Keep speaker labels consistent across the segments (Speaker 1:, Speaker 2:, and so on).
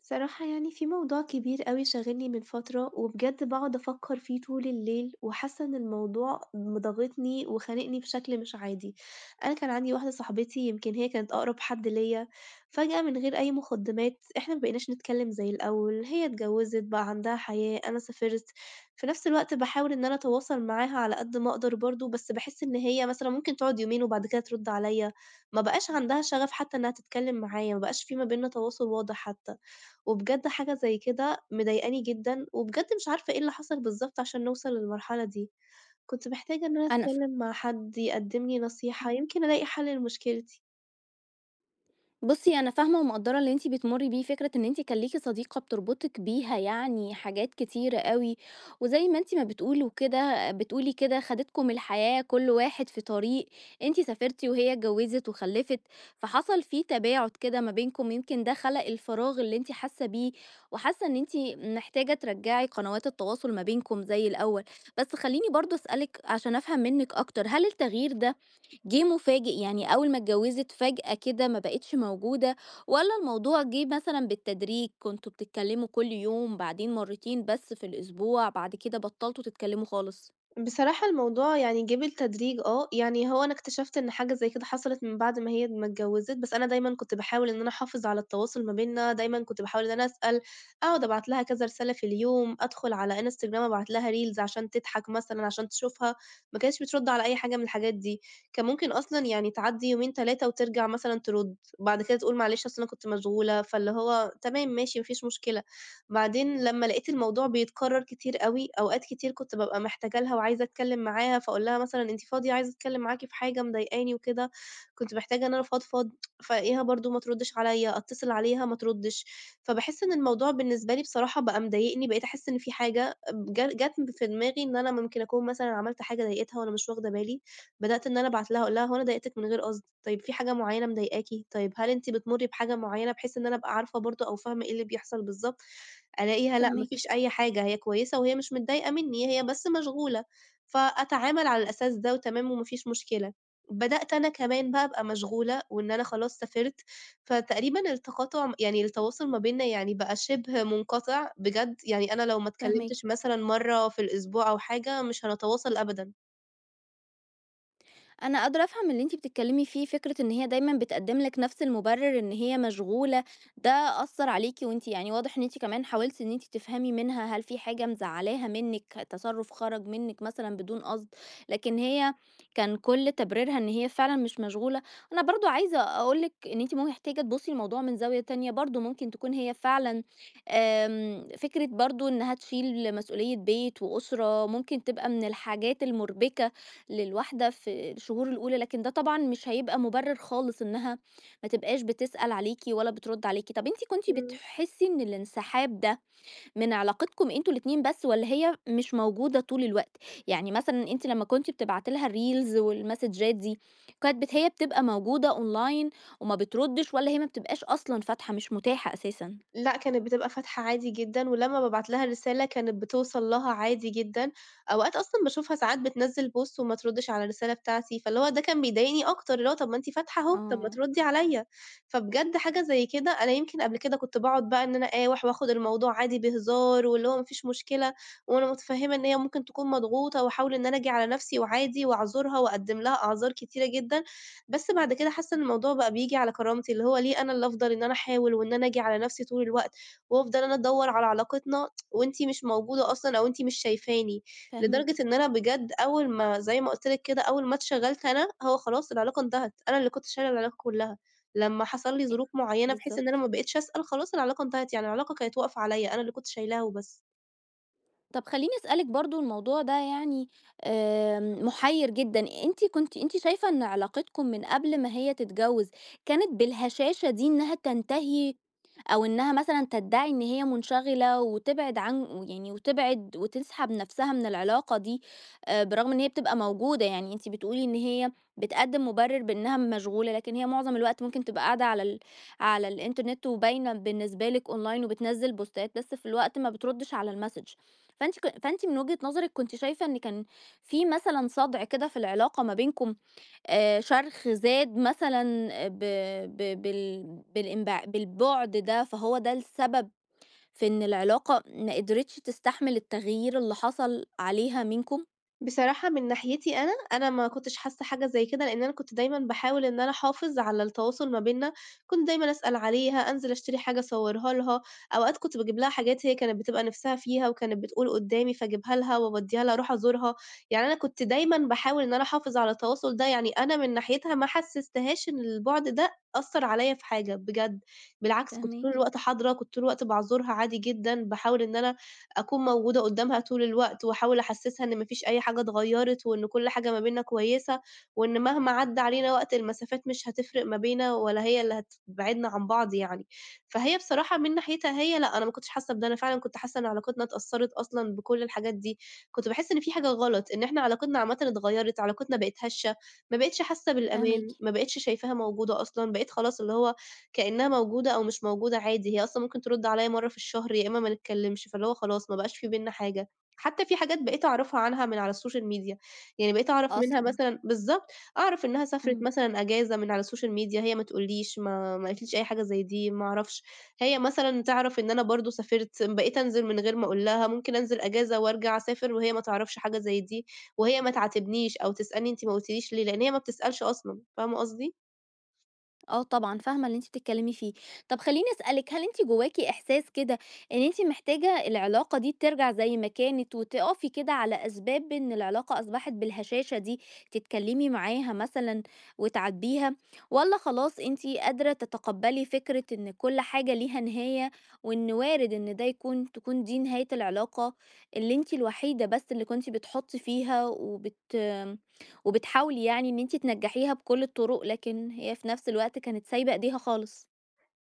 Speaker 1: بصراحة يعني في موضوع كبير أوي شاغلني من فترة، وبجد باقعد أفكر فيه طول الليل، وحاسة إن الموضوع مضاغطني وخانقني بشكل مش عادي، أنا كان عندي واحدة صاحبتي يمكن هي كانت أقرب حد ليا، فجأة من غير أي مقدمات إحنا مبقيناش نتكلم زي الأول، هي اتجوزت بقى عندها حياة، أنا سافرت، في نفس الوقت باحاول إن أنا أتواصل معاها على قد ما أقدر برضه، بس باحس إن هي مثلًا ممكن تقعد يومين وبعد كده ترد عليا، ما بقاش عندها شغف حتى إنها تتكلم معايا، ما بقاش في ما بيننا تواصل واضح حتى. وبجد حاجة زي كده مضايقاني جدًا، وبجد مش عارفة إيه اللي حصل بالضبط عشان نوصل للمرحلة دي، كنت محتاجة إن أنا
Speaker 2: أنا فا
Speaker 1: أتكلم مع حد يقدّم لي نصيحة،
Speaker 2: إمم.
Speaker 1: يمكن ألاقي حل لمشكلتي.
Speaker 2: بُصّي، أنا فاهمة ومقدّرة اللي أنتِ بتمُرّي بيه، فكرة إن أنتِ كان ليكِ صديقة بتربطِك بيها يعني حاجات كتيرة أوي، وزي ما أنتِ ما بتقولوا وكده بتقولي كده خدتكم الحياة كل واحد في طريق، أنتِ سافرتِ وهي اتجوّزت وخلّفت، فحصل في تباعد كده ما بينكم، يمكن ده خلق الفراغ اللي أنتِ حاسة بيه، وحاسة إن أنتِ محتاجة ترجّعي قنوات التواصل ما بينكم زي الأول. بس خلّيني برضه أسألِك عشان أفهم منِّك أكتر، هل التغيير ده جِه مفاجئ، يعني أول ما اتجوّزِت فجأة كده ما بقِتش موجودة والّا الموضوع جِه مثلًا بالتدريج، كنتم بتتكلّموا كل يوم، بعدين مرّتين بس في الأسبوع، بعد كده بطّلتوا تتكلّموا خالص؟
Speaker 1: بصراحة الموضوع يعني جِه بالتدريج آه، يعني هو أنا اكتشفت إن حاجة زي كده حصلت من بعد ما هي ما اتجوّزت، بس أنا دايمًا كنت باحاول إن أنا أحافظ على التواصل ما بيننا، دايمًا كنت باحاول إن أنا أسأل، أقعد أبعت لها كذا رسالة في اليوم، أدخل على Instagram أبعت لها reels عشان تضحك مثلًا، عشان تشوفها، ما كانتش بترُد على أي حاجة من الحاجات دي، كان ممكن أصلًا يعني تعدّي يومين 3 وترجع مثلًا ترُد، بعد كده تقول معلش أصل أنا كنت مشغولة، فاللي هو تمام ماشي ما فيش مشكلة. بعدين لمّا لقيت الموضوع بيتكرر كتير أوي، أوقات كتير كنت بابقى محتاجة لها وعايزة أتكلم معاها، فأقول لها مثلًا أنتِ فاضية عايزة أتكلم معاكِ في حاجة مضايقاني وكده، كنت محتاجة إن أنا أفضفض، فالاقيها برضه ما تردش عليَّ، أتصل عليها ما تردش، فباحس إن الموضوع بالنسبة لي بصراحة بقى مضايقني، بقيت أحس إن في حاجة جات في دماغي إن أنا ممكن أكون مثلًا عملت حاجة ضايقتها وأنا مش واخدة بالي، بدأت إن أنا أبعت لها أقول لها: "هو أنا ضايقتِك من غير قصد؟ طيب في حاجة معينة مضايقاكِ؟ طيب هل أنتِ بتمري بحاجة معينة؟" بحيث إن أنا أبقى عارفة برضه أو فاهمة إيه اللي بيحصل بالضبط. ألاقيها لأ، ما
Speaker 2: فاهماكِ،
Speaker 1: فيش أي حاجة، هي كويسة وهي مش متضايقة منّي، هي بس مشغولة، فأتعامل على الأساس ده وتمام وما فيش مشكلة. بدأت أنا كمان بقى أبقى مشغولة وإن أنا خلاص سافرت، فتقريبًا التقاطع يعني التواصل ما بيننا يعني بقى شِبه منقطع بجد، يعني أنا لو ما
Speaker 2: فاهماكِ.
Speaker 1: اتكلمتش مثلًا مرّة في الأسبوع أو حاجة، مش هنتواصل أبدًا.
Speaker 2: أنا قادرة أفهم اللي أنتِ بتتكلمي فيه، فكرة إن هي دايمًا بتقدّم لك نفس المبرر إن هي مشغولة، ده أثّر عليكِ وأنتِ يعني واضح إن أنتِ كمان حاولتِ إن أنتِ تفهمي منها هل في حاجة مزعلاها منِّك، تصرُّف خرج منِّك مثلًا بدون قصد، لكن هي كان كل تبريرها إن هي فعلًا مش مشغولة. أنا برضه عايزة أقول لِك إن أنتِ محتاجة تبُصّي للموضوع من زاوية تانية، برضه ممكن تكون هي فعلًا فكرة برضه إنها تشيل مسؤولية بيت وأسرة، ممكن تبقى من الحاجات المُربكة للواحدة في الشهور الأولى، لكن ده طبعًا مش هيبقى مُبرر خالص إنها ما تبقاش بتسأل عليكِ ولا بترُد عليكِ. طب أنتِ كنتِ
Speaker 1: إمم.
Speaker 2: بتحسي إن الانسحاب ده من علاقتكم أنتم الاتنين بس والّا هي مش موجودة طول الوقت؟ يعني مثلًا أنتِ لمّا كنتِ بتبعتي لها الreels والمسدجات دي، كانت بت هي بتبقى موجودة online وما بتردش والّا هي ما بتبقاش أصلًا فاتحة مش متاحة أساسًا؟
Speaker 1: لأ، كانت بتبقى فاتحة عادي جدًا، ولمّا بابعت لها رسالة كانت بتوصل لها عادي جدًا، أوقات أصلًا باشوفها ساعات بتنزّل post وما تردّش على الرسالة بتاعتي، فاللي هو ده كان بيضايقني أكتر، اللي هو طَب ما أنتِ فاتحة أهو، طَب ما
Speaker 2: آه،
Speaker 1: تردّي عليَّ، فبجد حاجة زي كده أنا يمكن قبل كده كنت باقعد بقى إن أنا أقاوح وآخُد الموضوع عادي بهزار، واللي هو ما فيش مشكلة، وأنا متفهّمة إن هي ممكن تكون مضغوطة، وأحاول إن أنا آجي على نَفْسي وعادي وأعذرها وأقدّم لها أعذار كتيرة جدًا. بس بعد كده حاسة إن الموضوع بقى بييجي على كرامتي، اللي هو ليه أنا اللي أفضل إن أنا أحاول وإن أنا آجي على نَفْسي طول الوقت، وأفضل أنا أدوّر على علاقتنا وأنتِ مش موجودة أصلًا أو أنتِ مش شايفاني،
Speaker 2: فاهماكِ.
Speaker 1: لدرجة إن أنا بجد أول ما زي ما قُلت لِك كده، أول ما اتشغلت أنا، هو خلاص العلاقة انتهت، أنا اللي كنت شايلة العلاقة كلّها، لمّا حصل لي
Speaker 2: أ
Speaker 1: ظروف معيّنة بحيث إن أنا
Speaker 2: بالضبط.
Speaker 1: ما بقيتش أسأل، خلاص العلاقة انتهت، يعني العلاقة كانت واقفة عليّا، أنا اللي كنت شايلاها وبس.
Speaker 2: طب خلّيني أسألِك برضه الموضوع ده يعني محيّر جدًا، أنتِ كنتِ شايفة إن علاقتكم من قبل ما هي تتجوّز كانت بالهشاشة دي إنها تنتهي أو إنها مثلًا تدّعي إن هي منشغلة وتبعد عن ويعني وتبعد وتسحب نفسها من العلاقة دي، بالرغم إن هي بتبقى موجودة، يعني أنتِ بتقولي إن هي بتقدّم مُبرر بإنها مشغولة، لكن هي معظم الوقت ممكن تبقى قاعدة على الإنترنت وباينة بالنسبة لِك أونلاين وبتنزّل بوستات، بس في الوقت ما بتردّش على الmessage. فأنتِ من وجهة نظرِك كنتِ شايفة إن كان في مثلًا صَدْع كده في العلاقة ما بينكم، شرخ زاد مثلًا ب ب بال بالانبع بالبُعد ده، فهو ده السبب في إن العلاقة ما قدرتش تستحمل التغيير اللي حصل عليها منكم؟
Speaker 1: بصراحة من ناحيتي أنا، أنا ما كنتش حاسة حاجة زي كده، لإن أنا كنت دايمًا باحاول إن أنا أحافظ على التواصل ما بيننا، كنت دايمًا أسأل عليها، أنزل أشتري حاجة أصورها لها، أوقات كنت باجيب لها حاجات هي كانت بتبقى نِفْسها فيها وكانت بتقول قدّامي فاجيبها لها واودّيها لها أروح أزورها، يعني أنا كنت دايمًا باحاول إن أنا أحافظ على التواصل ده، يعني أنا من ناحيتها ما حسستهاش إن البُعد ده أثّر عليّا في حاجة بجد، بالعكس كنت طول
Speaker 2: فاهماكِ،
Speaker 1: الوقت حاضرة، كنت طول الوقت باعذرها عادي جدًا، باحاول إن أنا أكون موجودة قدّامها طول الوقت، وأحاول أحسّسها إن ما فيش أي حاجة اتغيّرت، وإن كل حاجة ما بيننا كويسة، وإن مهما عدّى علينا وقت المسافات مش هتفرق ما بينا ولا هي اللي هتبعدنا عن بعض يعني. فهي بصراحة من ناحيتها هي لأ، أنا ما كنتش حاسة بده، أنا فعلًا كنت حاسة إن علاقتنا اتأثّرت أصلًا بكل الحاجات دي، كنت باحس إن في حاجة غلط، إن إحنا علاقتنا عامةً اتغيّرت، علاقتنا بقت هشة، ما بقيتش حاسة
Speaker 2: فاهماكِ.
Speaker 1: بالأمان، ما بقيتش شايفاها موجودة أصلًا، بقيت خلاص اللي هو كإنها موجودة أو مش موجودة عادي، هي أصلًا ممكن ترُد عليَّ مرّة في الشهر، يا إمّا ما نتكلّمش، فاللي هو خلاص ما بقاش في بيننا حاجة. حتى في حاجات بقيت أعرفها عنها من على السوشيال ميديا، يعني بقيت أعرف منها
Speaker 2: أصلًا،
Speaker 1: مثلًا بالضبط، أعرف إنها سافرت
Speaker 2: إمم.
Speaker 1: مثلًا أجازة من على السوشيال ميديا، هي ما تقولّيش، ما قالتليش أي حاجة زي دي، ما أعرفش. هي مثلًا تعرف إن أنا برضه سافرت، بقيت أنزل من غير ما أقول لها، ممكن أنزل أجازة وأرجع أسافر وهي ما تعرفش حاجة زي دي، وهي ما تعاتبنيش أو تسألني أنتِ ما قُلتيليش ليه، لإن هي ما بتسألش أصلًا، فاهمة قصدي؟
Speaker 2: آه طبعًا، فاهمة اللي أنتِ بتتكلمي فيه. طب خلّيني أسألِك، هل أنتِ جواكِ إحساس كده إن أنتِ محتاجة العلاقة دي ترجع زي ما كانت وتقفي كده على أسباب إن العلاقة أصبحت بالهشاشة دي، تتكلمي معاها مثلًا وتعاتبيها، والّا خلاص أنتِ قادرة تتقبلي فكرة إن كل حاجة ليها نهاية، وإن وارد إن ده تكون دي نهاية العلاقة اللي أنتِ الوحيدة بس اللي كنتِ بتحطّي فيها وبتحاولي يعني إن أنتِ تنجّحيها بكل الطُرق، لكن هي في نفس الوقت كانت سايبة إيديها خالص.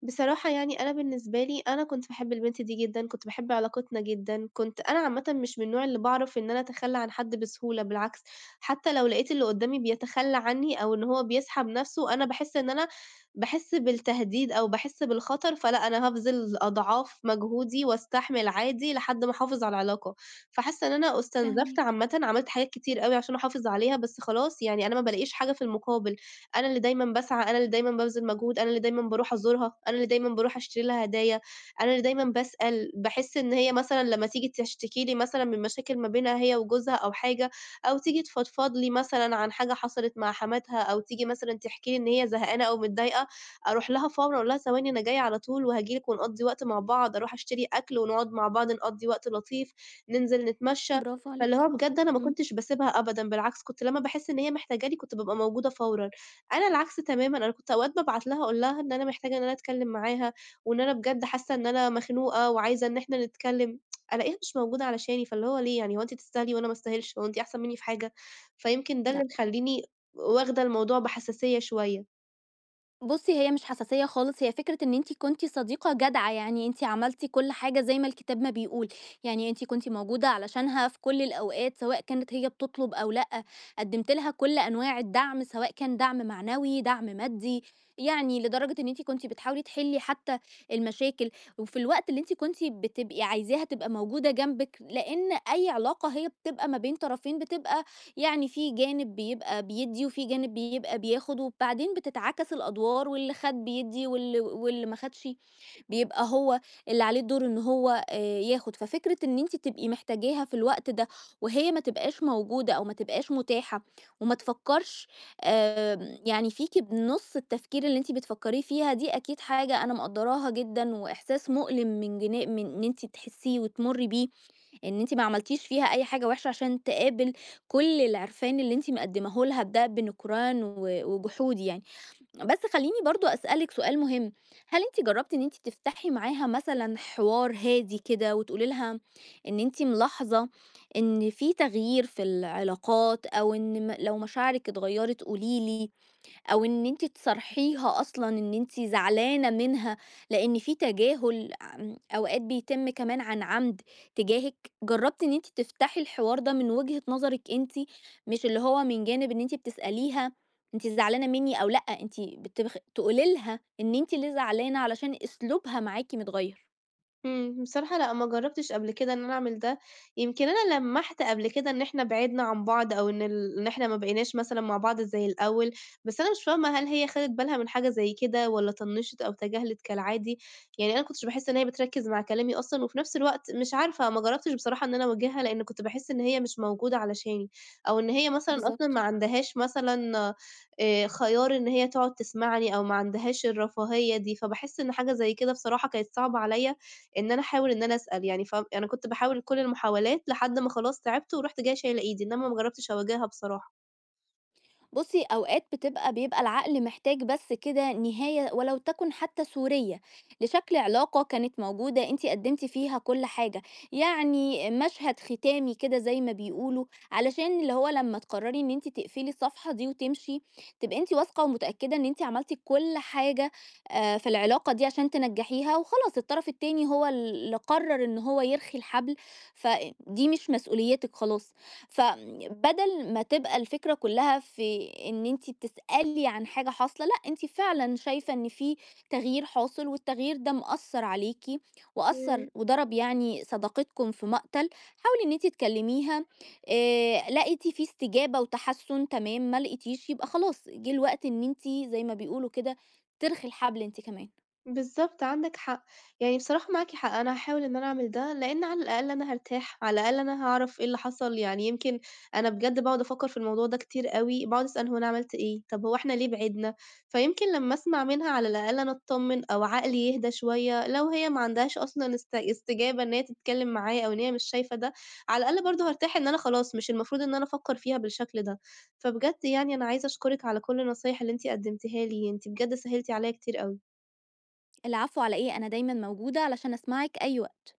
Speaker 1: بصراحة يعني أنا بالنسبة لي، أنا كنت باحب البنت دي جدًا، كنت باحب علاقتنا جدًا، كنت أنا عامةً مش من النوع اللي باعرف إن أنا أتخلّى عن حد بسهولة، بالعكس، حتى لو لقيت اللي قدّامي بيتخلّى عني أو إن هو بيسحب نَفْسه، أنا باحس إن أنا باحس بالتهديد أو باحس بالخطر، فلأ، أنا هابذل أضعاف مجهودي وأستحمل عادي لحد ما أحافظ على العلاقة. فحاسة إن أنا استنزفت
Speaker 2: فاهماكِ،
Speaker 1: عامةً، عملت حاجات كتير أوي عشان أحافظ عليها، بس خلاص يعني أنا ما بالاقيش حاجة في المقابل. أنا اللي دايمًا باسعى، أنا اللي دايمًا بابذل مجهود، أنا اللي دايمًا باروح أزورها، أنا اللي دايمًا باروح أشتري لها هدايا، أنا اللي دايمًا باسأل، باحس إن هي مثلًا لمّا تيجي تشتكي لي مثلًا من مشاكل ما بينها هي وجوزها أو حاجة، أو تيجي تفضفض لي مثلًا عن حاجة حصلت مع حماتها، أو تيجي مثلًا تحكي لي إن هي زهقانة أو متضايقة، أروح لها فورًا أقول لها ثواني أنا جاية على طول وهاجي لِك ونقضّي وقت مع بعض، أروح أشتري أكل ونقعد مع بعض نقضّي وقت لطيف، ننزل نتمشى،
Speaker 2: برافو
Speaker 1: فاللي
Speaker 2: عليكِ.
Speaker 1: هو بجد أنا ما
Speaker 2: إمم.
Speaker 1: كنتش باسيبها أبدًا، بالعكس كنت لمّا باحس إن هي محتاجاني كنت بابقى موجودة فورًا. أنا العكس تمامًا، أنا كنت أوقات بابعت لها أقول لها إن أنا محتاجة إن أنا أتكلم معاها، وإن أنا بجد حاسة إن أنا مخنوقة وعايزة إن إحنا نتكلم، ألاقيها مش موجودة علشاني، فاللي هو ليه يعني هو أنتِ تستاهلي وأنا ما أستاهلش، هو أنتِ أحسن مني في حاجة؟ فيمكن ده اللي مخلّيني واخدة الموضوع بحساسية شوية.
Speaker 2: بُصّي، هي مش حساسية خالص، هي فكرة إن أنتِ كنتِ صديقة جدعة، يعني أنتِ عملتِ كل حاجة زي ما الكتاب ما بيقول، يعني أنتِ كنتِ موجودة علشانها في كل الأوقات، سواء كانت هي بتطلب أو لأ، قدّمتِ لها كل أنواع الدعم، سواء كان دعم معنوي، دعم مادي، يعني لدرجة إن أنتِ كنتِ بتحاولي تحلّي حتى المشاكل، وفي الوقت اللي أنتِ كنتِ بتبقي عايزاها تبقى موجودة جنبِك، لإن أي علاقة هي بتبقى ما بين طرفين بتبقى يعني في جانب بيبقى بيدّي، وفي جانب بيبقى بياخد، وبعدين بتتعكس الأدوار، واللي خَد بيدّي، واللي ما خدش بيبقى هو اللي عليه الدور إن هو ياخد، ففكرة إن أنتِ تبقي محتاجاها في الوقت ده، وهي ما تبقاش موجودة أو ما تبقاش متاحة، وما تفكّرش يعني فيكِ بنُص التفكير اللي أنتِ بتفكّريه فيها دي، أكيد حاجة أنا مقدّراها جدًا، وإحساس مؤلم من إن أنتِ تحسّيه وتمُرّي بيه. إن أنتِ ما عملتيش فيها أي حاجة وحشة عشان تقابل كل العرفان اللي أنتِ مقدماه لها بِدَأب نكران وجحود يعني. بس خلّيني برضه أسألِك سؤال مهم، هل أنتِ جرّبتِ إن أنتِ تفتحي معاها مثلًا حوار هادي كده وتقولي لها إن أنتِ ملاحظة إن في تغيير في العلاقات أو إن م لو مشاعرِك اتغيّرت قولي لي؟ أو إن أنتِ تصارحيها أصلًا إن أنتِ زعلانة منها، لإن في تجاهل أوقات بيتم كمان عن عمد تجاهِك، جرّبتِ إن أنتِ تفتحي الحوار ده من وجهة نظرِك أنتِ، مش اللي هو من جانب إن أنتِ بتسأليها أنتِ زعلانة منّي أو لأ، أنتِ تقولي لها إن أنتِ اللي زعلانة علشان أسلوبها معاكِ متغيّر.
Speaker 1: إمم، بصراحة لأ، ما جرّبتش قبل كده إن أنا أعمل ده، يمكن أنا لمّحت قبل كده إن إحنا بعِدنا عن بعض أو إن إحنا ما بقيناش مثلًا مع بعض زي الأول، بس أنا مش فاهمة هل هي خدِت بالها من حاجة زي كده والّا طنّشت أو تجاهلت كالعادي؟ يعني أنا ما كنتش باحس إن هي بتركّز مع كلامي أصلًا وفي نفس الوقت مش عارفة، ما جرّبتش بصراحة إن أنا أواجهها لإن كنت باحس إن هي مش موجودة علشاني أو إن هي مثلًا أصلًا
Speaker 2: بالضبط.
Speaker 1: ما عندهاش مثلًا خيار إن هي تقعد تسمعني أو ما عندهاش الرفاهية دي، فباحس إن حاجة زي كده بصراحة كانت صعبة عليّا إن أنا أحاول إن أنا أسأل يعني فاهم، أنا كنت باحاول كل المحاولات لحد ما خلاص تعبت ورُحت جاية شايلة إيدي، إنما ما جرّبتش أواجهها بصراحة.
Speaker 2: بُصّي، أوقات بيبقى العقل محتاج بس كده نهاية ولو تكن حتى سورية، لشكل علاقة كانت موجودة أنتِ قدّمتِ فيها كل حاجة، يعني مشهد ختامي كده زي ما بيقولوا، علشان اللي هو لمّا تقرري إن أنتِ تقفلي الصفحة دي وتمشي، تبقي أنتِ واثقة ومتأكدة إن أنتِ عملتِ كل حاجة في العلاقة دي عشان تنجّحيها، وخلاص الطرف التاني هو اللي قرر إن هو يرخي الحبل، فدي مش مسؤوليتِك خلاص. فبدل ما تبقى الفكرة كلها في إن أنتِ بتسألي عن حاجة حاصلة، لأ أنتِ فعلًا شايفة إن في تغيير حاصل والتغيير ده مأثّر عليكِ وأثّر
Speaker 1: إمم.
Speaker 2: وضرب يعني صداقتكم في مقتل، حاولي إن أنتِ تكلميها، لقيتِ في استجابة وتحسُّن تمام، ما لقيتيش يبقى خلاص جِه الوقت إن أنتِ زي ما بيقولوا كده ترخي الحبل أنتِ كمان.
Speaker 1: بالضبط، عندِك حق، يعني بصراحة معاكِ حق، أنا هاحاول إن أنا أعمل ده، لإن على الأقل أنا هارتاح، على الأقل أنا هاعرف إيه اللي حصل، يعني يمكن أنا بجد باقعد أفكّر في الموضوع ده كتير أوي، باقعد أسأل هو أنا عملت إيه، طب هو إحنا ليه بعِدنا، فيمكن لمّا أسمع منها على الأقل أنا أتطمن أو عقلي يهدى شوية، لو هي ما عندهاش أصلًا استجابة إن هي تتكلم معايا أو إن هي مش شايفة ده، على الأقل برضه هارتاح إن أنا خلاص مش المفروض إن أنا أفكّر فيها بالشكل ده، فبجد يعني أنا عايزة أشكرِك على كل النصايح اللي أنتِ قدمتيها لي، أنتِ بجد سهّلتِ عليَّ كتير أوي.
Speaker 2: العفو على إيه، أنا دايمًا موجودة علشان أسمعِك أي وقت.